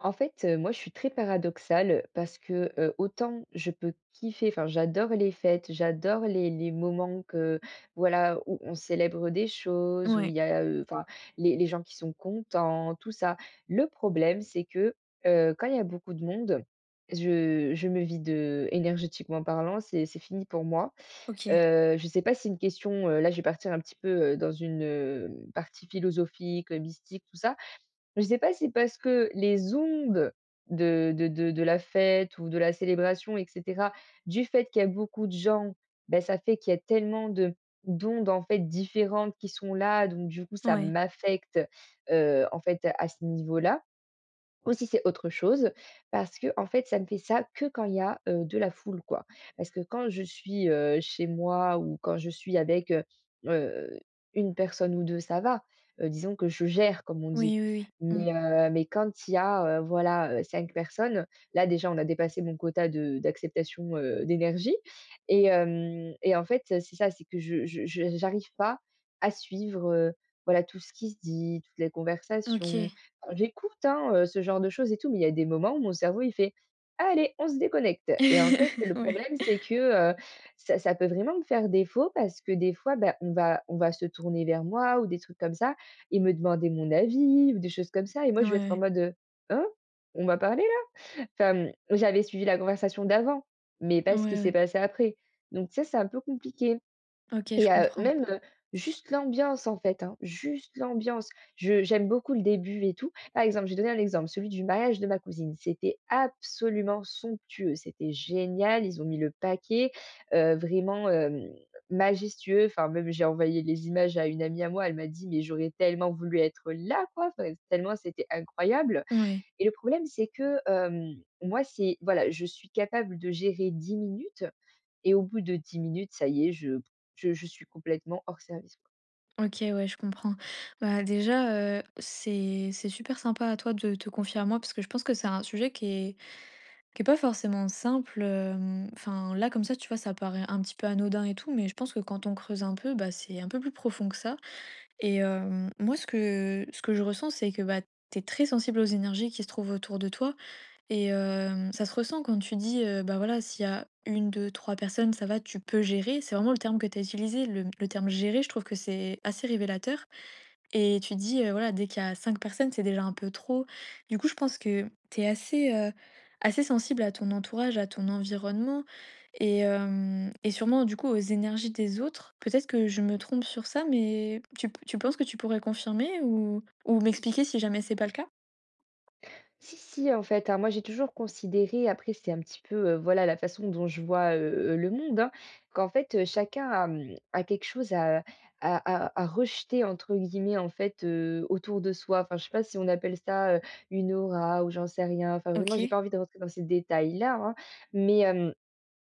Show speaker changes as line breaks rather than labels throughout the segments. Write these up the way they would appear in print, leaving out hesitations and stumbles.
En fait, moi, je suis très paradoxale parce que, autant je peux kiffer, enfin, j'adore les fêtes, j'adore les moments que voilà, où on célèbre des choses, où il
Ouais,
y a, enfin, les gens qui sont contents, tout ça. Le problème, c'est que, quand il y a beaucoup de monde, je me vide, énergétiquement parlant, c'est fini pour moi.
OK.
Je ne sais pas si c'est une question, là, je vais partir un petit peu, dans une, partie philosophique, mystique, tout ça. Je sais pas, si c'est parce que les ondes de la fête ou de la célébration et cetera, du fait qu'il y a beaucoup de gens, ben ça fait qu'il y a tellement de d'ondes, en fait, différentes qui sont là, donc du coup, ça
Ouais.
m'affecte, en fait, à ce niveau-là. Ou si c'est autre chose parce que en fait, ça ne fait ça que quand il y a, de la foule, quoi. Parce que quand je suis, chez moi ou quand je suis avec, heu, 1 personne ou 2, ça va. Disons que je gère, comme on dit.
Oui, oui, oui.
Mais quand il y a, voilà, 5 personnes, là, déjà, on a dépassé mon quota de d'acceptation, d'énergie et en fait, c'est ça, c'est que je j'arrive pas à suivre, voilà, tout ce qui se dit, toutes les
Mmh.
conversations.
OK.
J'écoute, hein, ce genre de choses et tout, mais il y a des moments où mon cerveau, il fait: «Allez, on se déconnecte» et en fait, le
Ouais.
problème, c'est que, ça peut vraiment me faire défaut parce que des fois, bah, on va se tourner vers moi ou des trucs comme ça et me demander mon avis ou des choses comme ça et moi,
Ouais,
je vais être en
ouais.
mode: «Hein? On va parler là?» Enfin, j'avais suivi la conversation d'avant, mais pas
Ouais,
ce qui s'est
ouais.
passé après donc ça, c'est un peu compliqué.
OK, je
Et
comprends.
même, juste l'ambiance en fait, hein, juste l'ambiance. Je j'aime beaucoup le début et tout. Par exemple, j'ai donné un exemple, celui du mariage de ma cousine. C'était absolument somptueux, c'était génial, ils ont mis le paquet, vraiment, majestueux. Enfin même j'ai envoyé les images à une amie à moi, elle m'a dit: «Mais j'aurais tellement voulu être là quoi», enfin tellement c'était incroyable
Ouais.
et le problème c'est que, moi c'est voilà, je suis capable de gérer 10 minutes et au bout de 10 minutes, ça y est, je suis complètement hors service, quoi.
OK, ouais, je comprends. Bah, déjà, c'est super sympa à toi de te confier à moi parce que je pense que c'est un sujet qui est pas forcément simple, enfin, là, comme ça, tu vois, ça paraît un petit peu anodin et tout, mais je pense que quand on creuse un peu, bah, c'est un peu plus profond que ça et moi, ce que je ressens, c'est que, bah, t'es très sensible aux énergies qui se trouvent autour de toi. Et ça se ressent quand tu dis, bah, voilà, s'il y a une deux trois personnes, ça va, tu peux gérer. C'est vraiment le terme que tu as utilisé, le terme «gérer», je trouve que c'est assez révélateur et tu dis, voilà, dès qu'il y a 5 personnes, c'est déjà un peu trop. Du coup, je pense que tu es assez, assez sensible à ton entourage, à ton environnement et hem et sûrement, du coup, aux énergies des autres. Peut-être que je me trompe sur ça, mais tu penses que tu pourrais confirmer ou m'expliquer si jamais c'est pas le cas?
Si, si, en fait, hein, moi, j'ai toujours considéré après c'est un petit peu, voilà, la façon dont je vois, le monde, hein, qu'en fait, chacun a quelque chose à «rejeter» entre guillemets, en fait, autour de soi. Enfin, je sais pas si on appelle ça, une aura ou j'en sais rien. Enfin, vraiment, j'ai
OK.
pas envie de rentrer dans ces détails-là, hein, mais hem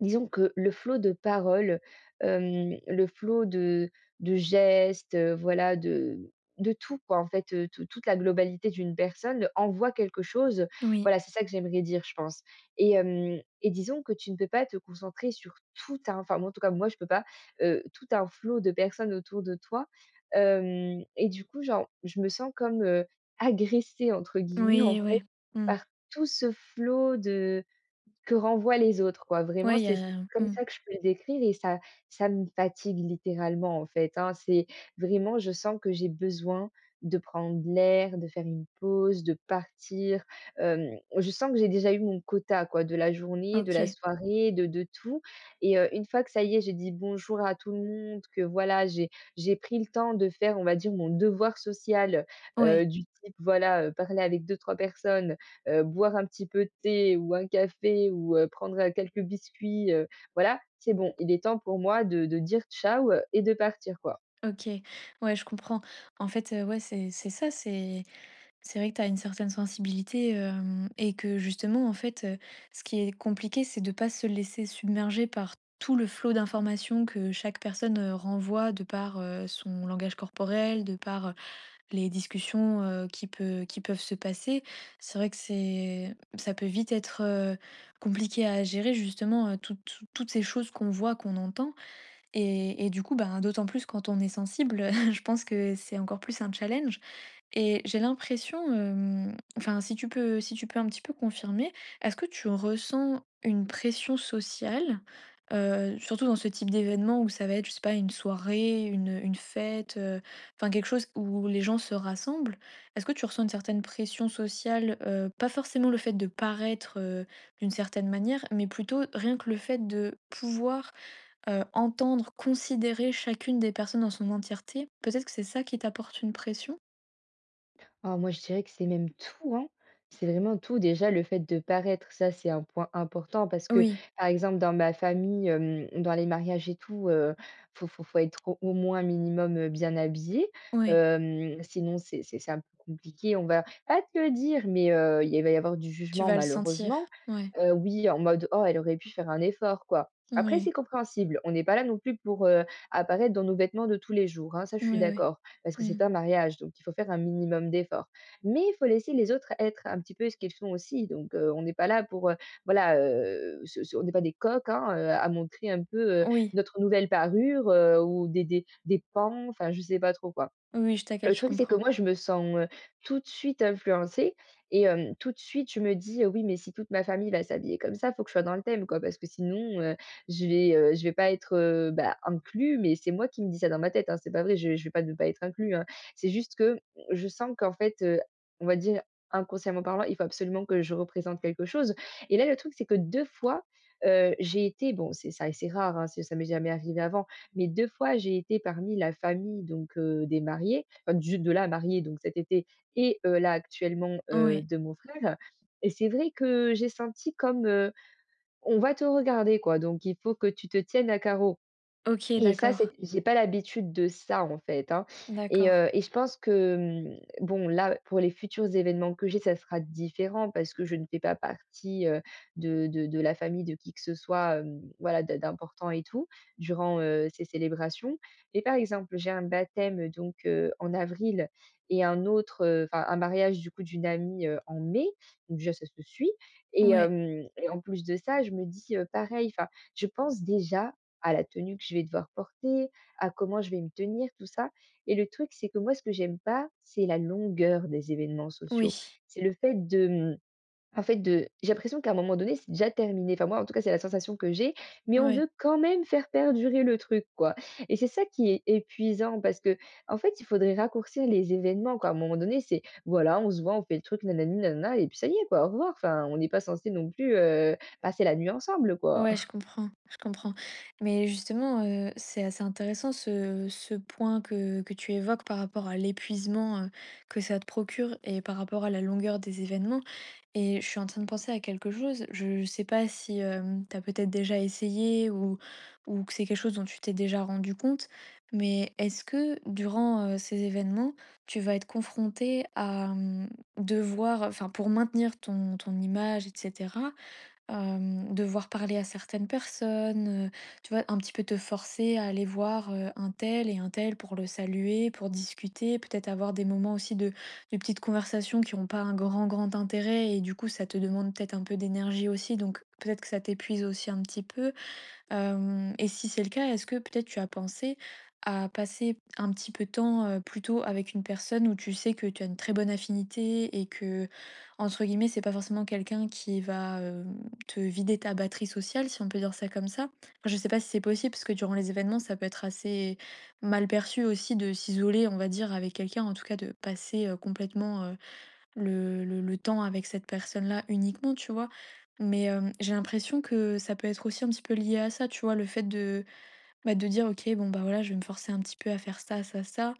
Disons que le flot de paroles, le flot de gestes, voilà, de tout quoi, en fait, toute la globalité d'une personne envoie quelque chose.
Oui,
Voilà, c'est ça que j'aimerais dire, je pense et disons que tu ne peux pas te concentrer sur tout un enfin, moi, en tout cas, moi, je peux pas, tout un flot de personnes autour de toi, hem et du coup, genre, je me sens comme, «agressée» entre guillemets, en
oui,
fait,
ouais. Mmh.
par tout ce flot de que renvoient les autres, quoi. Vraiment,
Ouais, il y
c'est
a
comme
mmh,
ça que je peux le décrire et ça me fatigue littéralement, en fait, hein. C'est vraiment, je sens que j'ai besoin de prendre l'air, de faire une pause, de partir. Hem, je sens que j'ai déjà eu mon quota, quoi, de la journée, de la
OK.
soirée, de tout et une fois que ça y est, j'ai dit bonjour à tout le monde, que voilà, j'ai pris le temps de faire, on va dire, mon devoir social,
Ouais,
du type, voilà, parler avec deux trois personnes, boire un petit peu de thé ou un café ou prendre, quelques biscuits, voilà, c'est bon. Il est temps pour moi de dire ciao, et de partir, quoi.
OK. Ouais, je comprends. En fait, ouais, c'est ça, c'est vrai que tu as une certaine sensibilité, hem et que justement, en fait, ce qui est compliqué, c'est de pas se laisser submerger par tout le flot d'informations que chaque personne, renvoie de par, son langage corporel, de par les discussions, qui peuvent se passer, c'est vrai que c'est ça peut vite être, compliqué à gérer justement, toutes ces choses qu'on voit, qu'on entend et du coup, ben, d'autant plus quand on est sensible, je pense que c'est encore plus un challenge. Et j'ai l'impression, enfin, si tu peux un petit peu confirmer, est-ce que tu ressens une pression sociale, surtout dans ce type d'événement où ça va être, je sais pas, une soirée, une fête, enfin quelque chose où les gens se rassemblent? Est-ce que tu ressens une certaine pression sociale, pas forcément le fait de paraître, d'une certaine manière, mais plutôt rien que le fait de pouvoir, entendre, considérer chacune des personnes dans son entièreté? Peut-être que c'est ça qui t'apporte une pression?
Ah moi, je dirais que c'est même tout, hein. C'est vraiment tout. Déjà, le fait de paraître, ça, c'est un point important parce que,
Oui.
par exemple, dans ma famille, dans les mariages et tout, faut être au moins minimum, bien habillé.
Ouais,
Sinon, c'est un peu compliqué. On va pas te le dire, mais il va y avoir du
tu
jugement
vas le sentir.
malheureusement.
Ouais,
Oui, en mode: «Oh, elle aurait pu faire un effort, quoi». Après, c'est
ouais,
compréhensible. On n'est pas là non plus pour, apparaître dans nos vêtements de tous les jours, hein, ça je
ouais,
suis
ouais.
d'accord. Parce que
Mmh.
c'est un mariage, donc il faut faire un minimum d'efforts. Mais il faut laisser les autres être un petit peu ce qu'ils sont aussi. Donc, on n'est pas là pour, voilà, se se on n'est pas des coqs, hein, à montrer un peu,
Oui,
notre nouvelle parure, ou des pans, enfin je sais pas trop quoi.
oui, je
Le
t'inquiète, je
truc, c'est que
comprends.
moi, je me sens, tout de suite influencée et tout de suite, je me dis: «Oui, mais si toute ma famille va s'habiller comme ça, faut que je sois dans le thème, quoi, parce que sinon, je vais pas être, bah, inclus». Mais c'est moi qui me dis ça dans ma tête, hein, c'est pas vrai, je vais pas ne pas être inclus, hein. C'est juste que je sens qu'en fait, on va dire inconsciemment parlant, il faut absolument que je représente quelque chose et là, le truc, c'est que 2 fois, j'ai été bon, c'est ça c'est rare, hein, c'est ça m'est jamais arrivé avant, mais 2 fois, j'ai été parmi la famille donc des mariés enfin du de là à donc cet été et là actuellement,
Ouais,
de mon frère et c'est vrai que j'ai senti comme, on va te regarder quoi, donc il faut que tu te tiennes à carreau.
OK,
Et ça, c'est
d'accord,
j'ai pas l'habitude de ça, en fait, hein et
d'accord.
heu et je pense que, bon, là, pour les futurs événements que j'ai, ça sera différent parce que je ne fais pas partie, de la famille de qui que ce soit, voilà, d'important et tout, durant, ces célébrations. Mais par exemple, j'ai un baptême, donc en avril et un autre, enfin, un mariage, du coup, d'une amie, en mai, donc déjà, ça se suit et
Ouais,
hem et en plus de ça, je me dis, pareil, enfin, je pense déjà à la tenue que je vais devoir porter, à comment je vais me tenir, tout ça. Et le truc, c'est que moi, ce que j'aime pas, c'est la longueur des événements sociaux.
oui,
C'est le fait de en fait, de j'ai l'impression qu'à un moment donné, c'est déjà terminé. Enfin, moi, en tout cas, c'est la sensation que j'ai, mais on veut
ouais,
quand même faire perdurer le truc, quoi. Et c'est ça qui est épuisant parce que en fait, il faudrait raccourcir les événements, quoi. À un moment donné, c'est voilà, on se voit, on fait le truc, nanani, nanana, et puis ça y est, quoi, au revoir. Enfin, on n'est pas censé non plus, passer la nuit ensemble, quoi.
ouais, je comprends, je comprends. Mais justement, c'est assez intéressant ce point que tu évoques par rapport à l'épuisement, que ça te procure et par rapport à la longueur des événements. Et je suis en train de penser à quelque chose. Je sais pas si tu peut-être déjà essayé ou que c'est quelque chose dont tu t'es déjà rendu compte, mais est-ce que durant ces événements, tu vas être confronté à devoir, enfin pour maintenir ton image, etc., devoir parler à certaines personnes, tu vois? Un petit peu te forcer à aller voir, un tel et un tel pour le saluer, pour discuter, peut-être avoir des moments aussi de petites conversations qui n'ont pas un grand, grand intérêt et du coup ça te demande peut-être un peu d'énergie aussi donc peut-être que ça t'épuise aussi un petit peu. Hem Et si c'est le cas, est-ce que peut-être tu as pensé à passer un petit peu de temps, plutôt avec une personne où tu sais que tu as une très bonne affinité et que entre guillemets «c'est pas forcément quelqu'un qui va, te vider ta batterie sociale», si on peut dire ça comme ça? Enfin, je sais pas si c'est possible parce que durant les événements, ça peut être assez mal perçu aussi de s'isoler, on va dire, avec quelqu'un, en tout cas de passer, complètement, le temps avec cette personne-là uniquement, tu vois? Mais, j'ai l'impression que ça peut être aussi un petit peu lié à ça, tu vois? Le fait de, bah, de dire: «OK, bon, bah, voilà, je vais me forcer un petit peu à faire ça, ça, ça».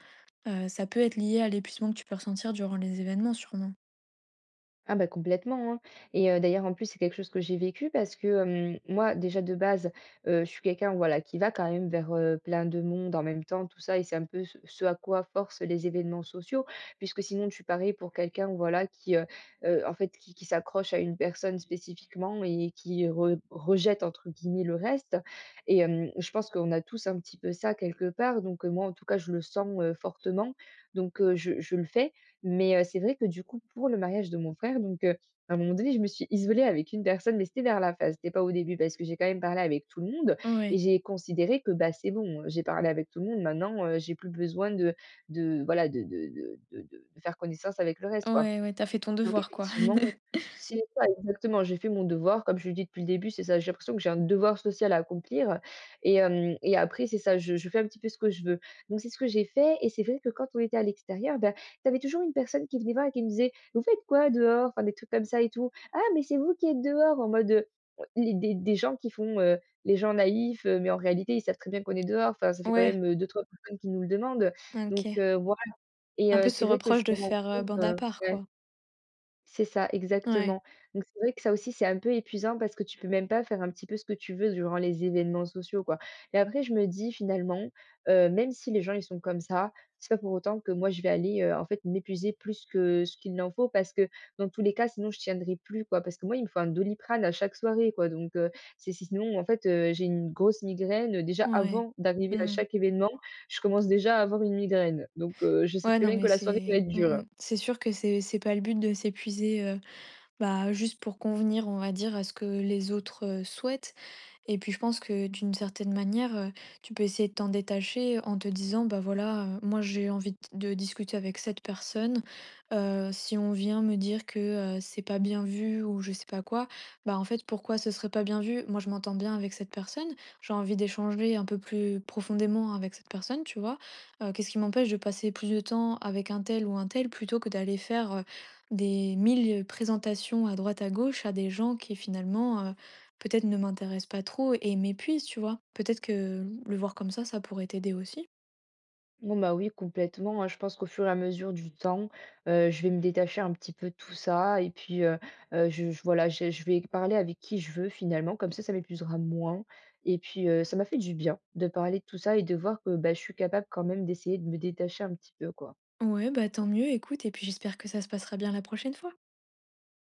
Ça peut être lié à l'épuisement que tu peux ressentir durant les événements sûrement?
Ah bah complètement, hein. Et d'ailleurs, en plus, c'est quelque chose que j'ai vécu parce que, moi, déjà de base, je suis quelqu'un, voilà, qui va quand même vers, plein de monde en même temps, tout ça et c'est un peu ce à quoi forcent les événements sociaux. Puisque sinon, tu parais pour quelqu'un, voilà, qui, en fait, qui s'accroche à une personne spécifiquement et qui re rejette, entre guillemets, «le reste» et je pense qu'on a tous un petit peu ça quelque part. Donc, moi, en tout cas, je le sens, fortement. Donc, je le fais mais c'est vrai que du coup, pour le mariage de mon frère, donc à un moment donné, je me suis isolée avec une personne, mais c'était vers la fin, c'était pas au début parce que j'ai quand même parlé avec tout le monde et
Ouais.
j'ai considéré que, bah, c'est bon, j'ai parlé avec tout le monde maintenant, j'ai plus besoin de voilà de faire connaissance avec le reste, quoi.
Ouais, ouais, t'as fait ton
Donc
devoir, quoi.
effectivement, c'est ça exactement, j'ai fait mon devoir, comme je le dis depuis le début, c'est ça, j'ai l'impression que j'ai un devoir social à accomplir et après c'est ça, je fais un petit peu ce que je veux. Donc c'est ce que j'ai fait et c'est vrai que quand on était à l'extérieur, ben tu avais toujours une personne qui venait voir et qui me disait: «Vous faites quoi dehors?» enfin des trucs comme ça et tout. «Ah mais c'est vous qui êtes dehors!» en mode, les des gens qui font, les gens naïfs, mais en réalité ils savent très bien qu'on est dehors, enfin ça fait quand
Ouais,
même, 2-3 personnes qui nous le demandent, donc
OK.
voilà et
Un peu ce
c'est vrai que je
reproche
me
de
rends
faire,
compte,
bande à part,
ouais.
quoi?
C'est ça,
Ouais.
exactement. Donc c'est vrai que ça aussi, c'est un peu épuisant parce que tu peux même pas faire un petit peu ce que tu veux durant les événements sociaux, quoi. Et après, je me dis finalement, même si les gens ils sont comme ça, c'est pas pour autant que moi je vais aller, en fait m'épuiser plus que ce qu'il n'en faut parce que dans tous les cas, sinon je tiendrai plus, quoi. Parce que moi, il me faut un Doliprane à chaque soirée, quoi. Donc, sinon en fait, j'ai une grosse migraine, déjà
Ouais.
avant d'arriver à
Mmh.
chaque événement, je commence déjà à avoir une migraine. Donc, je sais
Ouais,
très
non,
bien que
mais
la soirée va
c'est
être
mmh
dure.
mh. C'est sûr que c'est pas le but de s'épuiser, bah, juste pour convenir, on va dire, à ce que les autres, souhaitent. Et puis je pense que d'une certaine manière, tu peux essayer de t'en détacher en te disant: «Bah, voilà, moi j'ai envie d de discuter avec cette personne». Si on vient me dire que, c'est pas bien vu ou je sais pas quoi, bah, en fait, pourquoi ce serait pas bien vu? Moi, je m'entends bien avec cette personne, j'ai envie d'échanger un peu plus profondément avec cette personne, tu vois? Qu'est-ce qui m'empêche de passer plus de temps avec un tel ou un tel plutôt que d'aller faire, des 1000 présentations à droite à gauche à des gens qui finalement, peut-être ne m'intéresse pas trop et m'épuise, tu vois? Peut-être que le voir comme ça pourrait t'aider aussi.
Oh bah oui, complètement, hein. Je pense qu'au fur et à mesure du temps, je vais me détacher un petit peu de tout ça et puis, je voilà, je vais parler avec qui je veux finalement, comme ça m'épuisera moins et puis, ça m'a fait du bien de parler de tout ça et de voir que, bah, je suis capable quand même d'essayer de me détacher un petit peu, quoi.
Ouais, bah tant mieux, écoute, et puis j'espère que ça se passera bien la prochaine fois.